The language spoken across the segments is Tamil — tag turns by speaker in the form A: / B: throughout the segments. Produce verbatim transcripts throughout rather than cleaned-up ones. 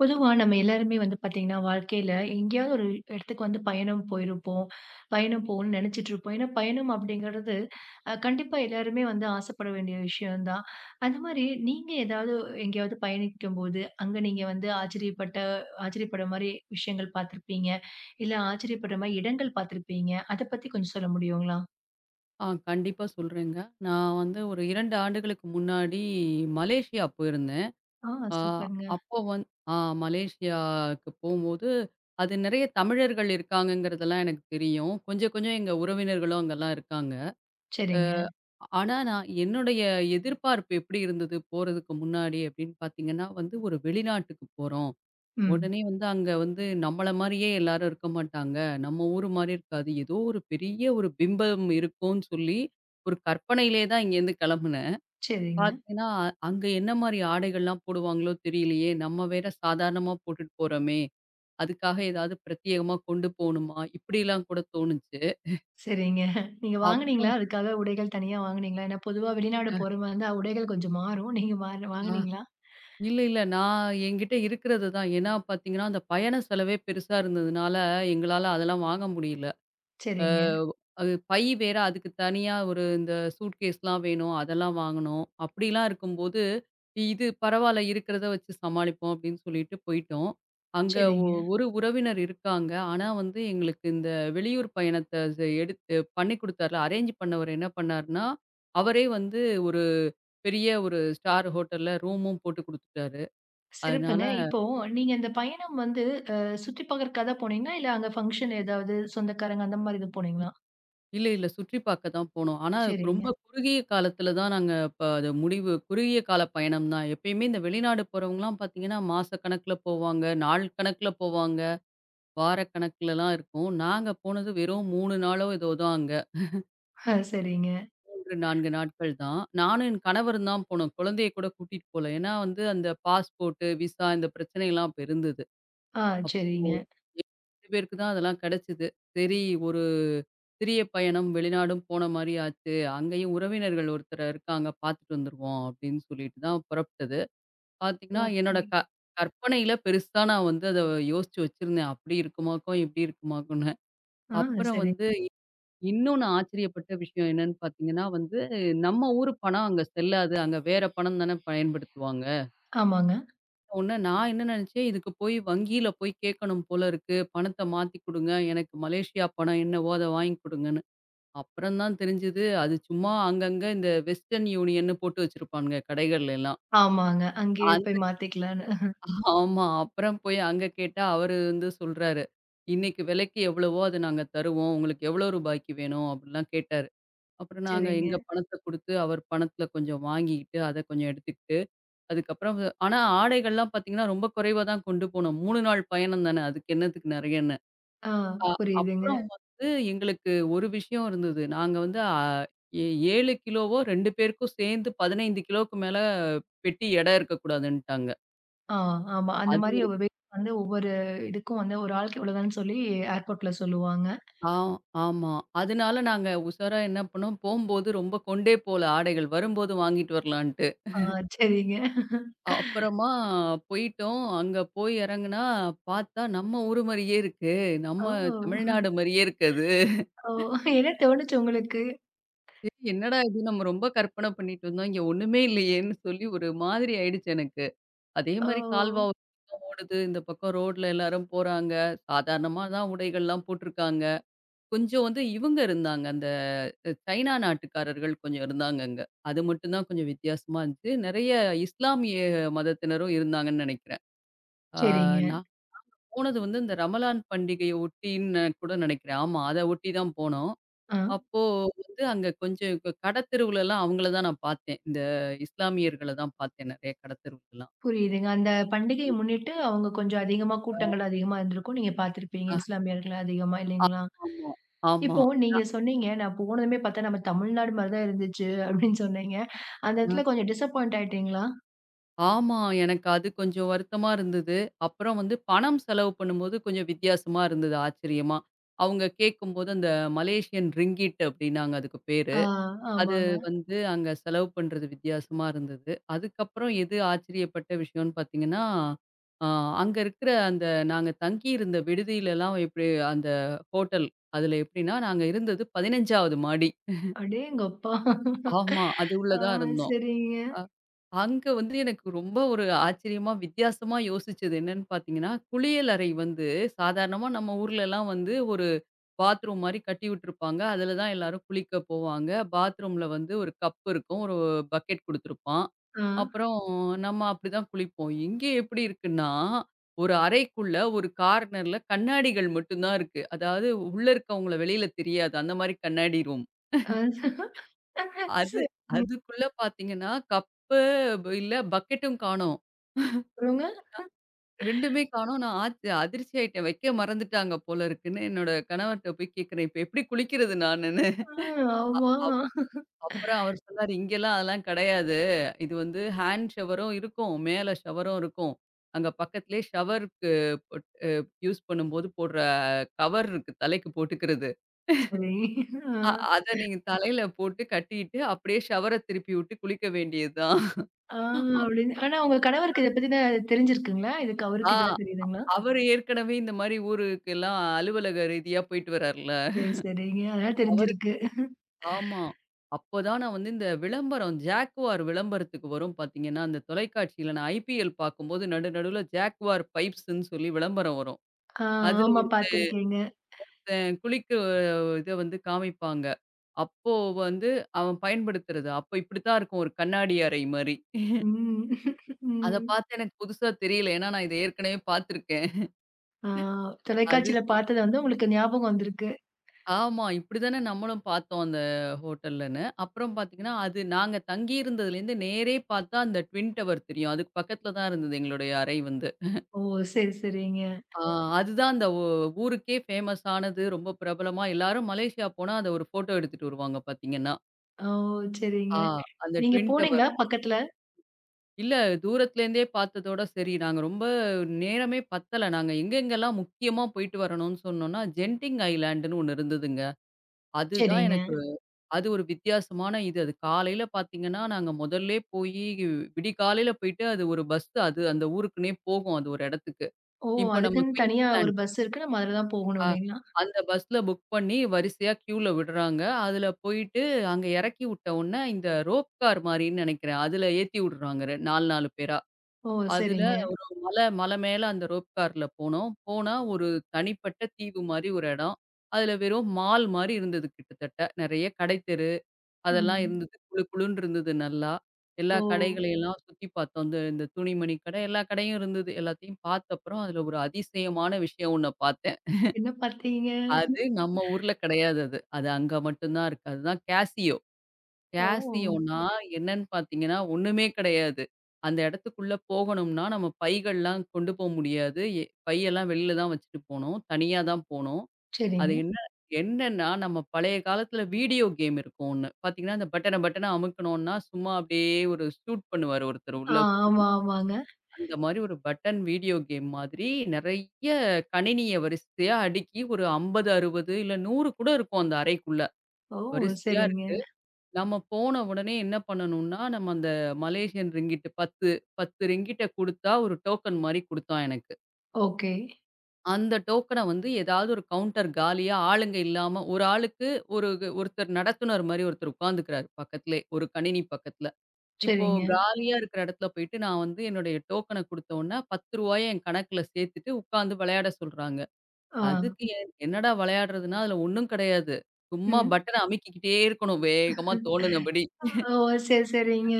A: பொதுவா நம்ம எல்லாருமே வந்து பார்த்தீங்கன்னா, வாழ்க்கையில எங்கேயாவது ஒரு இடத்துக்கு வந்து பயணம் போயிருப்போம். பயணம் போகணும்னு நெனச்சிட்டு இருப்போம். ஏன்னா, பயணம் அப்படிங்கிறது அ கண்டிப்பா எல்லாருமே வந்து ஆசைப்பட வேண்டிய விஷயம் தான். அந்த மாரி நீங்க ஏதாவது எங்கேயாவது பயணிக்கும்போது, அங்க நீங்க வந்து ஆச்சரியப்பட்ட ஆச்சரியப்படுற மாரி விஷயங்கள் பார்த்திருப்பீங்க. இல்ல ஆச்சரியப்படுற மாரி இடங்கள் பார்த்திருப்பீங்க. அத பத்தி கொஞ்சம் சொல்ல முடியுங்களா?
B: ஆ கண்டிப்பா சொல்றேங்க. நான் வந்து ஒரு இரண்டு ஆண்டுகளுக்கு முன்னாடி மலேசியா போயிருந்தேன்.
A: ஆ,
B: ஆ
A: சூப்பருங்க.
B: அப்போ வந் ஆ மலேசியாவுக்கு போம்போது, அது நெறைய தமிழர்கள் இருக்காங்கங்கிறதெல்லாம் எனக்கு தெரியும். கொஞ்சம் கொஞ்சம் எங்க உறவினர்களும் அங்கலாம் இருக்காங்க.
A: சரிங்க.
B: ஆனா, நான் என்னுடைய எதிர்பார்ப்பு எப்படி இருந்தது போறதுக்கு முன்னாடி அப்படின்னு பார்த்தீங்கன்னா, வந்து ஒரு வெளிநாட்டுக்கு போறோம்.
A: ம்.
B: உடனே வந்து அங்க வந்து நம்மள மாரியே எல்லாரும் இருக்க மாட்டாங்க. நம்ம ஊரு மாரி இருக்காது. ஏதோ ஒரு பெரிய ஒரு பிம்பம் இருக்கும்னு சொல்லி, ஒரு கற்பனையிலே தான் இங்கேருந்து கிளம்புனேன்.
A: சரிங்க.
B: பார்த்தீங்கன்னா, அ- அங்க என்ன மாரி ஆடைகள்லாம் போடுவாங்களோ தெரியலையே! நம்ம வேற சாதாரணமா போட்டுட்டு போறோமே! அதுக்காக ஏதாவது பிரத்யேகமா கொண்டு போணுமா? இப்படிலாம் கூட தோணுச்சு.
A: சரிங்க. நீங்க வாங்குனீங்களா?
B: அப்புறம்
A: அதுக்காக உடைகள் தனியா வாங்குனீங்களா? ஏன்னா பொதுவா வெளிநாடு போறவங்க வந்து உடைகள் கொஞ்சம் மாறும். நீங்க வா
B: ஆ
A: வாங்குனீங்களா?
B: இல்ல, இல்ல. நான் என்கிட்ட இருக்கிறது தான். ஏன்னா பார்த்தீங்கன்னா, அந்த பயண செலவே பெருசா இருந்ததுனால, எங்களால அதெல்லாம் வாங்க முடியல. அ
A: சரிங்க,
B: அது பை வேற அதுக்கு தனியா ஒரு இந்த சூட்கேஸ்லாம் வேணும். அதெல்லாம் வாங்கணும். அப்படிலாம் இருக்கும்போது, இது பரவால்ல இருக்கிறத வச்சு சமாளிப்போம் அப்படின்னு சொல்லிட்டு போயிட்டோம். அங்க ஒ
A: சரிங்க.
B: ஒரு உறவினர் இருக்காங்க. ஆனா வந்து எங்களுக்கு இந்த வெளியூர் பயணத்த ச எடுத்து பண்ணி குடுத்தார்ல, அரேஞ்ச் பண்ணவர் என்ன பண்ணாருன்னா, அவரே வந்து ஒரு பெரிய ஒரு ஸ்டார் ஹோட்டல்ல ரூமும் போட்டு குடுத்துட்டாரு. அதனால
A: சிறப்புங்க. இப்போ நீங்க இந்த பயணம் வந்து அ சுத்தி பார்க்கறக்காக தான் போனீங்களா? இல்ல அங்க ஃபங்ஷன் ஏதாவது சொந்தக்காரங்க அந்த மாரி இது போனீங்களா?
B: இல்ல, இல்ல. சுற்றி பார்க்க தான் போனோம். ஆனா அதுக்கு
A: சரிங்க.
B: ரொம்ப ம். குறுகிய காலத்துல தான் நாங்க இப்ப அது முடிவு குறுகிய கால பயணம் தான். எப்பயுமே இந்த வெளிநாடு போறவங்கலாம் பார்த்தீங்கன்னா, மாசக்கணக்குல போவாங்க, நாள் கணக்குல போவாங்க, வார கணக்குலலாம் இருக்கும். நாங்க போனது வெறும் மூன்று நாளோ ஏதோ தான் அங்க.
A: ஆ, சரிங்க.
B: மூன்று, நான்கு நாட்கள் தான். நானும் என் கணவரும் தான் போனோம். குழந்தைய கூட கூட்டிட்டு போல. ஏன்னா வந்து அந்த பாஸ்போர்ட்டு, விசா இந்த பிரச்சனைலாம் அப்ப இருந்தது.
A: ஆ, சரிங்க.
B: இரண்டு பேருக்கு தான் அதெல்லாம் கிடைச்சது. சரி ஒரு சிறிய பயணம் வெளிநாடும் போன மாரி ஆச்சு. அங்கேயும் உறவினர்கள் ஒருத்தர் இருக்காங்க பார்த்துட்டு வந்துருவோம் அப்படின்னு சொல்லிட்டு தான் புறப்பட்டது. பார்த்தீங்கன்னா, என்னோட
A: ஓகே.
B: க கற்பனையில பெருசா நான் வந்து அத யோசிச்சு வச்சிருந்தேன். அப்படி இருக்குமாக்கும், இப்படி இருக்குமாக்கும்ன்னு.
A: ஆ,
B: அப்புறம்
A: சரி.
B: வந்து இன்னொன்னு ஆச்சரியப்பட்ட விஷயம் என்னன்னு பார்த்தீங்கன்னா வந்து, நம்ம ஊரு பணம் அங்க செல்லாது. அங்க வேற பணம் தானே பயன்படுத்துவாங்க.
A: ஆமாங்க,
B: உடனே நான் என்ன நினைச்சேன், இதுக்கு போய் வங்கியில போய் கேட்கணும் போல இருக்கு. பணத்த மாத்தி குடுங்க. எனக்கு மலேசியா பணம் என்னவோ அத வாங்கி குடுங்கன்னு. அப்புறம் தான் தெரிஞ்சது, அது சும்மா அங்கங்க இந்த வெஸ்டர்ன் யூனியன்னு போட்டு வச்சிருப்பானுங்க கடைகள்ல எல்லாம்.
A: ஆமாங்க. அங்கேயே
B: அந்த
A: போய் மாத்திக்கலான்னு.
B: ஆமா. அப்புறம் போய் அங்க கேட்டா அவரு வந்து சொல்றாரு, "இன்னைக்கு விலைக்கு எவ்வளவோ அத நாங்க தருவோம். உங்களுக்கு எவ்வளோ ரூபாய்க்கு வேணும்?" அப்படிலாம் கேட்டாரு. அப்புறம் நாங்க
A: சரிங்க.
B: எங்க பணத்த குடுத்து, அவர் பணத்துல கொஞ்சம் வாங்கிக்கிட்டு, அத கொஞ்சம் எடுத்துக்கிட்டு அதுக்கப்புறம் வ ஆனா ஆடைகள்லாம் பார்த்தீங்கன்னா, ரொம்ப குறைவா தான் கொண்டு போனோம். மூன்று நாள் பயணம் தானே. அதுக்கு என்னத்துக்கு நெறையன்னு.
A: ஆ,
B: அ
A: புரியுதுங்க.
B: அப்புறம் வந்து எங்களுக்கு ஒரு விஷயம் இருந்தது. நாங்க வந்து அ ஏ ஏழு கிலோவோ இரண்டு பேருக்கும் சேர்ந்து பதினைந்து கிலோவுக்கு மேல பெட்டி எடை இருக்கக்கூடாதுன்ட்டாங்க.
A: ஆ, ஆமா. அந்த
B: அது
A: மாரி அவ வெயிட் வந்து ஒவ்வொரு இதுக்கும் வந்து ஒரு ஆளுக்கு இவ்வளோதான்னு சொல்லி ஏர்போர்ட்ல சொல்லுவாங்க.
B: ஆ ஆமா. அதனால நாங்க உஷாரா என்ன பண்ணோம், போம்போது ரொம்ப கொண்டே போல ஆடைகள். வரும்போது வாங்கிட்டு வரலான்ட்டு.
A: ஆ, சரிங்க.
B: அப்புறமா போயிட்டோம். அங்க போய் இறங்குனா, பார்த்தா நம்ம ஊரு மாரியே இருக்கு.
A: ஓ!
B: நம்ம தமிழ்நாடு மாரியே இருக்கு அது.
A: ஓ! என்ன தோணுச்சு உங்களுக்கு?
B: சரி, என்னடா இது நம்ம ரொம்ப கற்பனை பண்ணிட்டு இருந்தோம். இங்க ஒண்ணுமே இல்லையேன்னு சொல்லி ஒரு மாதிரி ஆயிடுச்சு எனக்கு. அதே
A: ஓ!
B: மாரி கால்வா ஒரு பக்கம் ஓடுது. இந்த பக்கம் ரோட்ல எல்லாரும் போறாங்க. சாதாரணமா தான் உடைகள்லாம் போட்டுருக்காங்க. கொஞ்சம் வந்து இவங்க இருந்தாங்க. அந்த அஹ், சைனா நாட்டுக்காரர்கள் கொஞ்சம் இருந்தாங்க அங்க. அது மட்டும் தான் கொஞ்சம் வித்தியாசமா இருந்துச்சு. நெறைய இஸ்லாமிய மதத்தினரும் இருந்தாங்கன்னு நெனைக்கிறேன். ஆ
A: சரிங்க.
B: நான் போனது வந்து இந்த ரமலான் பண்டிகைய ஒட்டின்னு கூட நெனைக்கிறேன். ஆமா, அத ஒட்டி தான் போனோம்.
A: ஆ,
B: அப்போ வந்து அங்க கொஞ்சம் க கடத்தெருவுலலாம் அவங்கள தான் நான் பார்த்தேன். இந்த இஸ்லாமியர்கள தான் பார்த்தேன் நெறைய கடத்தெருவுலலாம்.
A: புரியுதுங்க. அந்த பண்டிகைய முன்னிட்டு அவங்க கொஞ்சம் அதிகமா கூட்டங்கள் அதிகமா இருந்திருக்கும். நீங்க பார்த்துருப்பீங்க.
B: ஆ.
A: இஸ்லாமியர்கள் அதிகமா இல்லைங்களா?
B: ஆமா, ஆமா.
A: இப்போ நீங்க சொன்னீங்க, "நான் போனதுமே பார்த்தா நம்ம தமிழ்நாடு மாரி தான் இருந்துச்சு" அப்படின்னு சொன்னீங்க. அந்த
B: ஆ.
A: இடத்துல கொஞ்சம் டிசப்பாயிண்ட் ஆயிட்டீங்களா?
B: ஆமா. எனக்கு அது கொஞ்சம் வருத்தமா இருந்தது. அப்புறம் வந்து பணம் செலவு பண்ணும்போது கொஞ்சம் வித்தியாசமா இருந்தது ஆச்சரியமா. அவங்க கேட்கும்போது அந்த மலேசியன் ரிங்கிட் அப்டின்னாங்க அதுக்கு பேரு.
A: ஆ,
B: அது
A: ஆமாங்க.
B: வந்து அங்க செலவு பண்றது வித்தியாசமா இருந்தது. அதுக்கப்புறம் எது ஆச்சரியப்பட்ட விஷயம்னு பார்த்தீங்கன்னா, அ அங்க இருக்கிற அந்த நாங்க தங்கியிருந்த விடுதியிலலாம் எப்படி அந்த ஹோட்டல் அதில எப்படின்னா, நாங்க இருந்தது பதினைந்தாவது மாடி.
A: அடேங்கப்பா!
B: ஆமா. அது உள்ள
A: ஆ,
B: தான் இருந்தோம்.
A: சரிங்க.
B: அ அங்க வந்து எனக்கு ரொம்ப ஒரு ஆச்சரியமா, வித்தியாசமா யோசிச்சது என்னன்னு பார்த்தீங்கன்னா, குளியலறை வந்து சாதாரணமா நம்ம ஊர்லலாம் வந்து ஒரு பாத்ரூம் மாரி கட்டி விட்டுருப்பாங்க. அதுல தான் எல்லாரும் குளிக்க போவாங்க. பாத்ரூம்ல வந்து ஒரு கப் இருக்கும். ஒரு பக்கெட் குடுத்துருப்பான்.
A: ஆ.
B: அப்புறம் நம்ம அப்படிதான் குளிப்போம். இங்க எப்படி இருக்குன்னா, ஒரு அறைக்குள்ள ஒரு கார்னர்ல கண்ணாடிகள் மட்டும் தான் இருக்கு. அதாவது உள்ள இருக்கவங்கள வெளியில தெரியாது. அந்த மாரி கண்ணாடி ரூம்.
A: ஆ.
B: அது
A: சரிங்க.
B: அதுக்குள்ள பாத்தீங்கன்னா, கப்பு இல்ல பக்கெட்டும் காணோம்.
A: அப்புறங்க?
B: ரெண்டுமே காணோம். நான் ஆச் அதிர்ச்சி ஆயிட்டேன். வைக்க மறந்துட்டாங்க போல இருக்குன்னு, என்னோட கணவர்ட்ட போய் கேட்கிறேன். "இப்ப எப்படி குளிக்கிறது நானுன்னு?"
A: ஆ, ஆமா.
B: அப்புறம் அவர் சொன்னாரு, "இங்கெல்லாம் அதெல்லாம் கிடையாது. இது வந்து ஹேண்ட் ஷவரும் இருக்கும். மேல ஷவரும் இருக்கும். அங்க பக்கத்திலேயே ஷவருக்கு போட் அ யூஸ் பண்ணும்போது போடுற கவர் இருக்கு. தலைக்கு போட்டுக்கிறது.
A: சரி. ஆ,
B: அ அத நீங்க தலையில போட்டு கட்டிட்டு அப்படியே ஷவர திருப்பி விட்டு குளிக்க வேண்டியதுதான்."
A: ஆ, அப்படின்னு. ஆனா உங்க கணவருக்கு இத பத்தின தெரிஞ்சிருக்குங்களா? இதுக்கு
B: ஆ
A: அவருக்கு இதெல்லாம் தெரியுதுங்களா?
B: அவரு ஏற்கனவே இந்த மாரி ஊருக்கெல்லாம் அலுவலக ரீதியா போயிட்டு வரார்ல.
A: சரி, சரிங்க. அதனால தெரிஞ்சிருக்கு.
B: அவருக்கு ஆமா. அப்பதான் நான் வந்து இந்த விளம்பரம் ஜாக்வார் விளம்பரத்துக்கு வரும் பார்த்தீங்கன்னா, அந்த தொலைக்காட்சியில நான் ஐபிஎல் பார்க்கும்போது நடு நடுவுல ஜாக்வார் பைப்ஸ்ன்னு சொல்லி விளம்பரம் வரும்.
A: ஆ,
B: அதுல
A: ஆமா, பார்த்துருக்கேங்க.
B: ஒருத்தன் குளிக்க இத வந்து காமிப்பாங்க. அப்போ வந்து அவன் பயன்படுத்துறது. அப்போ இப்படித்தான் இருக்கும் ஒரு கண்ணாடி அறை மாரி.
A: ம்.
B: அத
A: ம்.
B: பார்த்து எனக்கு புதுசா தெரியல. ஏன்னா நான் இத ஏற்கனவே பார்த்துருக்கேன்.
A: ஆ,
B: அது
A: தொலைக்காட்சியில பார்த்தது வந்து உங்களுக்கு ஞாபகம் வந்திருக்கு.
B: ஆமா. இப்படிதானே நம்மளும் பார்த்தோம் அந்த ஹோட்டல்லன்னு. அப்புறம் பார்த்தீங்கன்னா, அது நாங்க தங்கியிருந்ததுலேருந்து நேரே பார்த்தா அந்த ட்வின் டவர் தெரியும். அதுக்கு பக்கத்துல தான் இருந்தது எங்களுடைய அறை வந்து.
A: ஓ! சரி, சரிங்க.
B: ஆ அதுதான் அந்த ஊ ஊருக்கே ஃபேமஸ் ஆனது. ரொம்ப பிரபலமா எல்லாரும் மலேசியா போனா அத ஒரு ஃபோட்டோ எடுத்துட்டு வருவாங்க பார்த்தீங்கன்னா.
A: ஓ! சரிங்க.
B: ஆ அந்த
A: நீங்க
B: ட்வின்
A: போனீங்களா
B: டவர்.
A: பக்கத்துல?
B: இல்ல தூரத்துலேருந்தே பார்த்ததோட சரி, நாங்க ரொம்ப நேரமே பத்தல. நாங்க எங்கெங்கெல்லாம் முக்கியமா போயிட்டு வரணும்னு சொன்னோம்னா, ஜென்டிங் ஐலேண்டுன்னு ஒண்ணு இருந்ததுங்க. அதுதான்
A: சரிங்க.
B: எனக்கு அது ஒரு வித்தியாசமான இது. அது காலையில பார்த்தீங்கன்னா, நாங்க முதல்லே போயி விடிகாலையில போயிட்டு அது ஒரு பஸ் அது அந்த ஊருக்குன்னே போகும். அது ஒரு இடத்துக்கு.
A: ஓ!
B: இப்ப நம்ம
A: அதுக்குன்னு தனியா ஒரு
B: குயின்ஸ்லேண்ட்
A: பஸ் இருக்கு. நம்ம அதுல தான் போகணும்
B: ஆ
A: இல்லைங்களா?
B: அந்த பஸ்ல புக் பண்ணி வரிசையா கியூல விடுறாங்க. அதுல போயிட்டு அங்க இறக்கி விட்ட உடனே இந்த ரோப் கார் மாரின்னு நெனைக்கிறேன். அதுல ஏத்தி விடுறாங்க ரெ நான்கு, நான்கு பேரா.
A: ஓ!
B: அதுல
A: சரிங்க.
B: ம். மலை மலை மேல அந்த ரோப் கார்ல போனோம். போனா ஒரு தனிப்பட்ட தீவு மாரி ஒரு இடம். அதுல வெறும் மால் மாரி இருந்தது கிட்டத்தட்ட. நெறைய கடை தெரு அதெல்லாம்
A: ம்.
B: இருந்தது. குளு குளுன்னு இருந்தது நல்லா. எல்லா
A: ஓ!
B: கடைகளையெல்லாம் சுத்தி பார்த்தோம். இந்த இந்த துணிமணி கடை, எல்லா கடையும் இருந்தது. எல்லாத்தையும் பார்த்த அப்புறம் அதில ஒரு அதிசயமான விஷயம் ஒண்ண பார்த்தேன்.
A: என்ன பார்த்தீங்க?
B: அது நம்ம ஊர்ல கிடையாது அது. அது அங்க மட்டும் தான் இருக்கு. அதுதான் கேசியோ.
A: ஓ!
B: கேசியோன்னா என்னன்னு பார்த்தீங்கன்னா, ஒண்ணுமே கிடையாது. அந்த இடத்துக்குள்ள போகணும்னா, நம்ம பைகள்லாம் கொண்டு போ முடியாது. எ பையெல்லாம் வெளில தான் வச்சுட்டு போணும். தனியா தான் போணும். அது
A: சரிங்க.
B: என்ன என்னன்னா, நம்ம பழைய காலத்துல வீடியோ கேம் இருக்கும் ஒண்ணு. பார்த்தீங்கன்னா, அந்த பட்டன பட்டன அமுக்குனோம்னா, சும்மா அப்படியே ஒரு ஷூட் பண்ணுவாரு ஒருத்தர்
A: ஆ,
B: உள்ள உட்காந்து.
A: ஆமா, ஆமாங்க.
B: அந்த மாரி ஒரு பட்டன் வீடியோ கேம் மாதிரி நெறைய கணினிய வரிசையா அடுக்கி ஒரு ஐம்பது, அறுபது இல்ல நூறு கூட இருக்கும் அந்த அறைக்குள்ள.
A: ஓ!
B: வரிசையா
A: சரிங்க.
B: இருக்கு. நம்ம போன உடனே என்ன பண்ணணும்னா, நம்ம அந்த மலேசியன் ரிங்கிட் பத்து, பத்து ரிங்கிட்ட குடுத்தா ஒரு டோக்கன் மாரி குடுத்தான் எனக்கு.
A: ஓகே.
B: அந்த டோக்கன வந்து ஏதாவது ஒரு கவுண்டர் காலியா ஆளுங்க இல்லாம, ஒரு ஆளுக்கு ஒரு ஒருத்தர் நடத்துனர் மாரி ஒருத்தர் உட்காந்துக்கிறாரு பக்கத்திலே, ஒரு கணினி பக்கத்துல. இப்போ
A: சரிங்க.
B: காலியா இருக்கிற இடத்துல போயிட்டு நான் வந்து என்னுடைய டோக்கன குடுத்தோன்ன ரூ. பத்து என் கணக்குல சேர்த்துட்டு உட்காந்து விளையாட சொல்றாங்க.
A: ஆ,
B: அதுக்கு என் என்னடா விளையாடுறதுன்னா, அதுல ஒண்ணும் கிடையாது. சும்மா
A: ம்.
B: பட்டன அமுக்கிக்கிட்டே இருக்கணும் வேகமா தோணுனபடி.
A: ஓ! சரி, சரிங்க.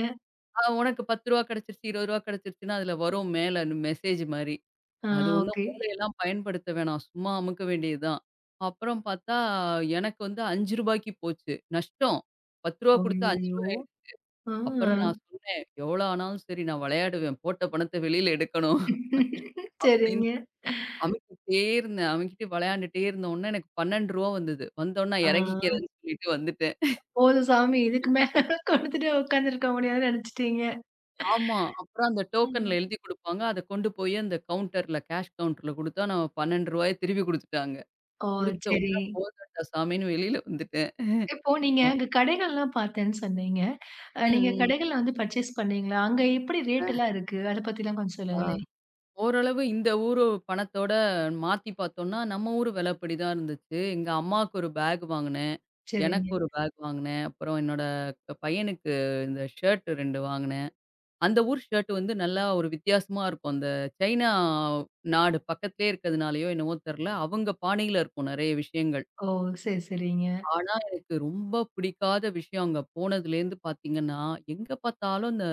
B: அ உனக்கு ரூ. பத்து கிடைச்சிருச்சு, ரூ. இருபது கிடைச்சிருச்சுன்னா அதுல வரும் மேல மெசேஜ் மாரி.
A: ஆ,
B: அது ஒண்ணும்
A: ஓகே.
B: மூளையெல்லாம் பயன்படுத்த வேணாம். சும்மா அமுக்க வேண்டியது தான். அப்புறம் பார்த்தா, எனக்கு வந்து ரூ. ஐந்துக்கு போச்சு. நஷ்டம். ரூ. பத்து குடுத்து ரூ.
A: அய்யய்யோ!
B: ஐந்து
A: ஆ.
B: அப்புறம் நான் சொன்னேன், "எவ்வளோ ஆனாலும் சரி நான் விளையாடுவேன். போட்ட பணத்த வெளியில எடுக்கணும்." அப்படின்னு
A: சரிங்க.
B: அமுக்கிட்டே இருந்தேன். அமுக்கிட்டு விளையாண்டுட்டே இருந்தவுனே எனக்கு ரூ. பன்னிரண்டு வந்தது. வந்தவுனே நான்
A: ஆ,
B: இறங்கிக்கிறேன்னு சொல்லிட்டு வந்துட்டேன்.
A: போதும் சாமி இதுக்கு மேல குடுத்துட்டு உட்காந்துருக்க முடியாதுன்னு நெனச்சுட்டீங்க.
B: ஆமா. அப்புறம் அந்த டோக்கன்ல
A: ம்.
B: எழுதி குடுப்பாங்க. அத கொண்டு போய் அந்த கவுண்டர்ல கேஷ் கவுண்டர்ல குடுத்தா, நான் ரூ. பன்னிரண்டை திருப்பி குடுத்துட்டாங்க.
A: ஓ!
B: குடுத்த
A: சரி.
B: உடனே போதும்டா சாமின்னு வெளியில வந்துட்டேன்.
A: இப்போ நீங்க அங்க கடைகள்லாம் பார்த்தேன்னு சொன்னீங்க.
B: ம்,
A: அ நீங்க
B: ம்.
A: கடைகள்ல வந்து பர்ச்சேஸ் பண்ணீங்களா? அங்க எப்படி ரேட்டெல்லாம் இருக்கு? அத பத்திலாம் கொஞ்சம்
B: ஆ
A: சொல்லுங்களேன்.
B: ஓரளவு இந்த ஊரு பணத்தோட மாத்தி பார்த்தோம்னா, நம்ம ஊரு விலைப்படி தான் இருந்துச்சு. எங்க அம்மாவுக்கு ஒரு பேக் வாங்குனேன்.
A: சரிங்க.
B: எனக்கு ஒரு பேக் வாங்குனேன். அப்புறம் என்னோட க- பையனுக்கு இந்த ஷர்ட் இரண்டு வாங்குனேன். அந்த ஊர் ஷர்ட் வந்து நல்லா ஒரு வித்தியாசமா இருக்கும். அந்த சைனா நாடு பக்கத்திலேயே இருக்கிறதுனாலயோ என்னவோ தெரியல, அவங்க பாணியில இருக்கும் நெறைய விஷயங்கள்.
A: ஓ! சரி, சரிங்க.
B: ஆனா, எனக்கு ரொம்ப பிடிக்காத விஷயம் அங்க போனதுலேருந்து பார்த்தீங்கன்னா, எங்க பார்த்தாலும் இந்த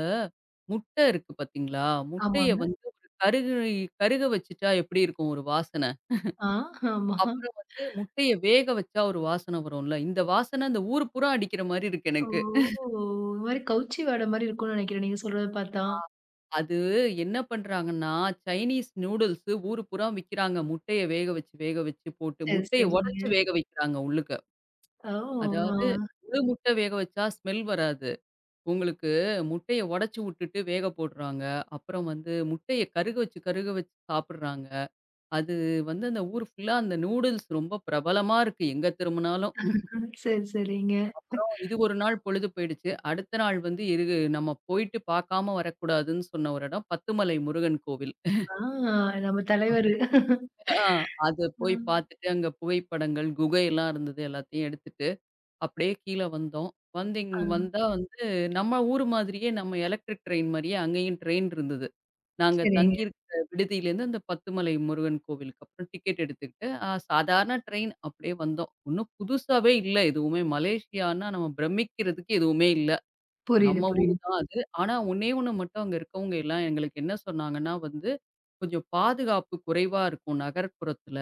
B: முட்டை இருக்கு பார்த்தீங்களா? முட்டைய
A: ஆமாங்க.
B: வந்து ஒரு கருகி கருக வச்சுட்டா எப்படி இருக்கும் ஒரு வாசனை?
A: ஆ, ஆமா.
B: அப்புறம் வந்து முட்டைய வேக வச்சா ஒரு வாசனை வரும்ல. இந்த வாசனை அந்த ஊர் பூரா அடிக்கிற மாரி இருக்கு எனக்கு.
A: ஓ! ஒரு மாரி கவுச்சி வாடை மாரி இருக்கும்னு நெனைக்கிறேன், நீங்க சொல்றத பார்த்தா.
B: அது என்ன பண்றாங்கன்னா, சைனீஸ் நூடுல்ஸு ஊர் பூரா விக்கிறாங்க. முட்டைய வேக வச்சு, வேக வச்சு போட்டு
A: சரி,
B: முட்டைய உடைச்சு
A: சரிங்க.
B: வேக வைக்கிறாங்க உள்ளுக்க.
A: ஓ! ஆ.
B: அதாவது முழு முட்டை வேக வச்சா ஸ்மெல் வராது. உங்களுக்கு முட்டைய உடைச்சு விட்டுட்டு வேக போடுறாங்க. அப்புறம் வந்து முட்டைய கருக வச்சு, கருக வச்சு சாப்பிடுறாங்க. அது வந்து அந்த ஊர் ஃபுல்லா அந்த நூடுல்ஸ் ரொம்ப பிரபலமா இருக்கு எங்க திரும்புனாலும்.
A: சரி, சரிங்க.
B: இது ஒரு நாள் பொழுது போயிடுச்சு. அடுத்த நாள் வந்து இரு நம்ம போயிட்டு பார்க்காம வரக்கூடாதுன்னு சொன்ன ஒரு இடம் பத்துமலை முருகன் கோவில்.
A: ஆ, நம்ம தலைவரு.
B: ஆ அத போய்
A: ம்.
B: பார்த்துட்டு அங்க புகைப்படங்கள், குகையெல்லாம் இருந்தது எல்லாத்தையும் எடுத்துட்டு, அப்படியே கீழ வந்தோம். வந்து இங்க
A: ஆ.
B: வந்தா வந்து நம்ம ஊர் மாதிரியே நம்ம எலக்ட்ரிக் ட்ரெயின் மாரியே அங்கேயும் ட்ரெயின் இருந்தது. நாங்க
A: சரிங்க.
B: தங்கியிருக்கிற விடுதியிலேருந்து அந்த பத்துமலை முருகன் கோவிலுக்கு அப்புறம் டிக்கெட் எடுத்துக்கிட்டு, அ சாதாரண ட்ரெயின் அப்படியே வந்தோம். ஒண்ணும் புதுசாவே இல்ல எதுவுமே. மலேசியான்னா நம்ம பிரமிக்கிறதுக்கு எதுவுமே இல்ல.
A: புரியுது,
B: நம்ம ஊரு
A: புரியுது.
B: தான் அது. ஆனா ஒண்ணே ஒண்ணு மட்டும் அங்க இருக்கவங்க எல்லாம் எங்களுக்கு என்ன சொன்னாங்கன்னா வந்து, "கொஞ்சம் பாதுகாப்பு குறைவா இருக்கும் நகர்ப்புறத்துல.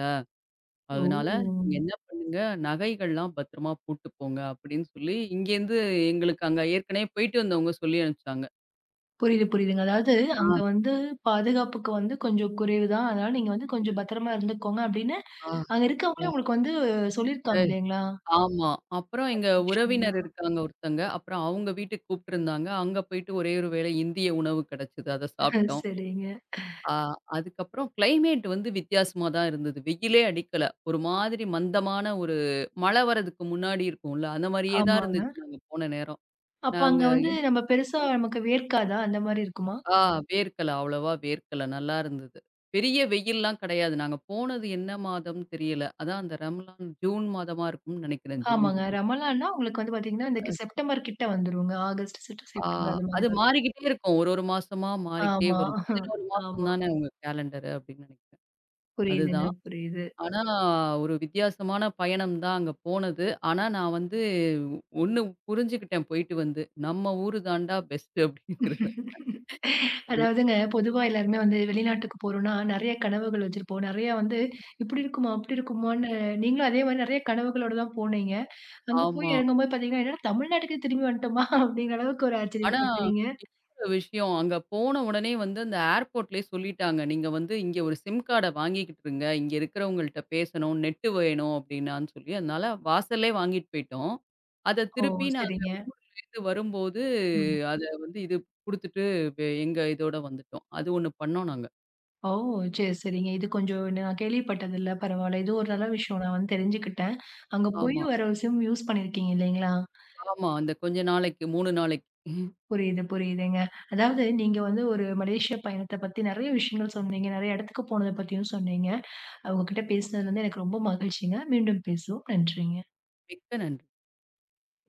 A: ஓ!
B: அதனால நீங்க என்ன பண்ணுங்க, நகைகள்லாம் பத்திரமா போட்டு போங்க." அப்படின்னு சொல்லி இங்கேருந்து எங்களுக்கு அங்க ஏற்கனவே போயிட்டு வந்தவங்க சொல்லி அனுப்பிச்சாங்க.
A: புரியுது, புரியுதுங்க. அதாவது அங்க
B: ஆ,
A: வந்து பாதுகாப்புக்கு வந்து கொஞ்சம் குறைவு தான். அதனால நீங்க வந்து கொஞ்சம் பத்திரமா இருந்துக்கோங்க அப்படின்னு,
B: ஆ,
A: அங்க இருக்கவங்களே உங்களுக்கு வந்து
B: ஆ.
A: சொல்லியிருக்காங்க இல்லைங்களா?
B: ஆமா. அப்புறம் எங்க
A: விஷயமா.
B: உறவினர் இருக்காங்க ஒருத்தங்க. அப்புறம் அவங்க வீட்டுக்கு கூப்ட்டுருந்தாங்க. அங்க போயிட்டு ஒரே ஒரு வேளை இந்திய உணவு கிடைச்சது. அத சாப்ட்டோம்.
A: சரிங்க.
B: ஆ அதுக்கப்புறம் கிளைமேட் வந்து வித்தியாசமா தான் இருந்தது. வெயிலே அடிக்கல. ஒரு மாதிரி மந்தமான ஒரு மழை வர்றதுக்கு முன்னாடி இருக்கும்ல, அந்த மாரியே தான்
A: ஆமாங்க.
B: இருந்துச்சு நாங்க போன நேரம்.
A: அப்ப
B: நாங்க
A: அங்க வந்து
B: எ-
A: நம்ம பெருசா நமக்கு வேர்க்காதா? அந்த மாரி இருக்குமா?
B: ஆ வேர்க்கல, அவ்வளவா வேர்க்கல. நல்லா இருந்தது. பெரிய வெயில்லாம் கிடையாது. நாங்க போனது என்ன மாதம்னு தெரியல. அதான் அந்த ரம்லான் ஜூன் மாதமா இருக்கும்னு நினைக்கிறேன். ஜூன்,
A: ஆமாங்க.
B: ஜூ
A: ரமலான்னா உங்களுக்கு வந்து பார்த்தீங்கன்னா, இந்த செப்டம்பர் கிட்ட வந்துருங்க. ஆகஸ்ட், செப்ட
B: ஆ
A: செப்டம்பர் அது மாரி
B: அது
A: வரும்.
B: மாறிக்கிட்டே இருக்கும். ஒரு, ஒரு மாசமா மாறிக்கிட்டே
A: ஆமா.
B: வரும். பதினொன்று மாசம்
A: ஆமா.
B: தானே உங்க கேலண்டரு அப்டின்னு நெனைக்கிறேன்.
A: புரியுதுங்க,
B: அதுதான்.
A: புரியுது.
B: ஆனா ஒரு வித்தியாசமான பயணம் தான் அங்க போனது. ஆனா நான் வந்து ஒண்ணு புரிஞ்சுக்கிட்டேன் போயிட்டு வந்து. நம்ம ஊரு தான்டா பெஸ்ட்டு அப்டிங்கிறது.
A: அதாவதுங்க பொதுவா எல்லாருமே வந்து வெளிநாட்டுக்கு போறோம்னா, நெறைய கனவுகள் வச்சிருப்போம். நெறையா வந்து இப்டி இருக்குமா? அப்டி இருக்குமான்னு நீங்களும் அதே மாரி நெறைய கனவுகளோட தான் போனீங்க. அங்க
B: ஆமா.
A: போய் இறங்கும்போது பார்த்தீங்கன்னா, என்னடா தமிழ்நாட்டுக்கே திரும்பி வந்துட்டோமா? அப்டிங்கிற அளவுக்கு ஒரு
B: ஆனா
A: ஆச்சரியப்பட்டீங்க.
B: இன்னொரு விஷயம் அங்க போன உடனே வந்து அந்த ஏர்போர்ட்லயே சொல்லிட்டாங்க. நீங்க வந்து இங்க ஒரு சிம் கார்ட வாங்கிக்கிட்டுருங்க. இங்க இருக்கிறவங்கள்ட்ட பேசணும், நெட்டு வேணும் அப்டின்னான்னு சொல்லி. அதனால வாசல்லே வாங்கிட்டு போயிட்டோம். அத
A: ஓ!
B: திருப்பி நான்
A: சரிங்க.
B: இது வரும்போது,
A: ம்.
B: அத வந்து இது குடுத்துட்டு வெ எங்க இதோட வந்துட்டோம். அது ஒண்ணு பண்ணோம் நாங்க.
A: ஓ! சரி, சரிங்க. இது கொஞ்சம் நான் கேள்விப்பட்டதில்ல. பரவால்ல. இது ஒரு நல்ல விஷயம். நான் வந்து தெரிஞ்சுக்கிட்டேன். அங்க ம். போய்
B: ஆமா,
A: வேற ஒரு சிம் யூஸ் பண்ணியிருக்கீங்க இல்லைங்களா?
B: ஆமா. அந்த கொஞ்ச நாளைக்கு மூன்று நாளைக்கு.
A: புரியுது, புரியுதுங்க. அதாவது நீங்க வந்து ஒரு மலேசியா பயணத்த பத்தி நெறைய விஷயங்கள் சொன்னீங்க. நெறைய இடத்துக்கு போனத பத்தியும் சொன்னீங்க. உங்ககிட்ட பேசினது வந்து எனக்கு ரொம்ப மகிழ்ச்சிங்க. மீண்டும் பேசுவோம். நன்றிங்க.
B: மிக்க நன்றி.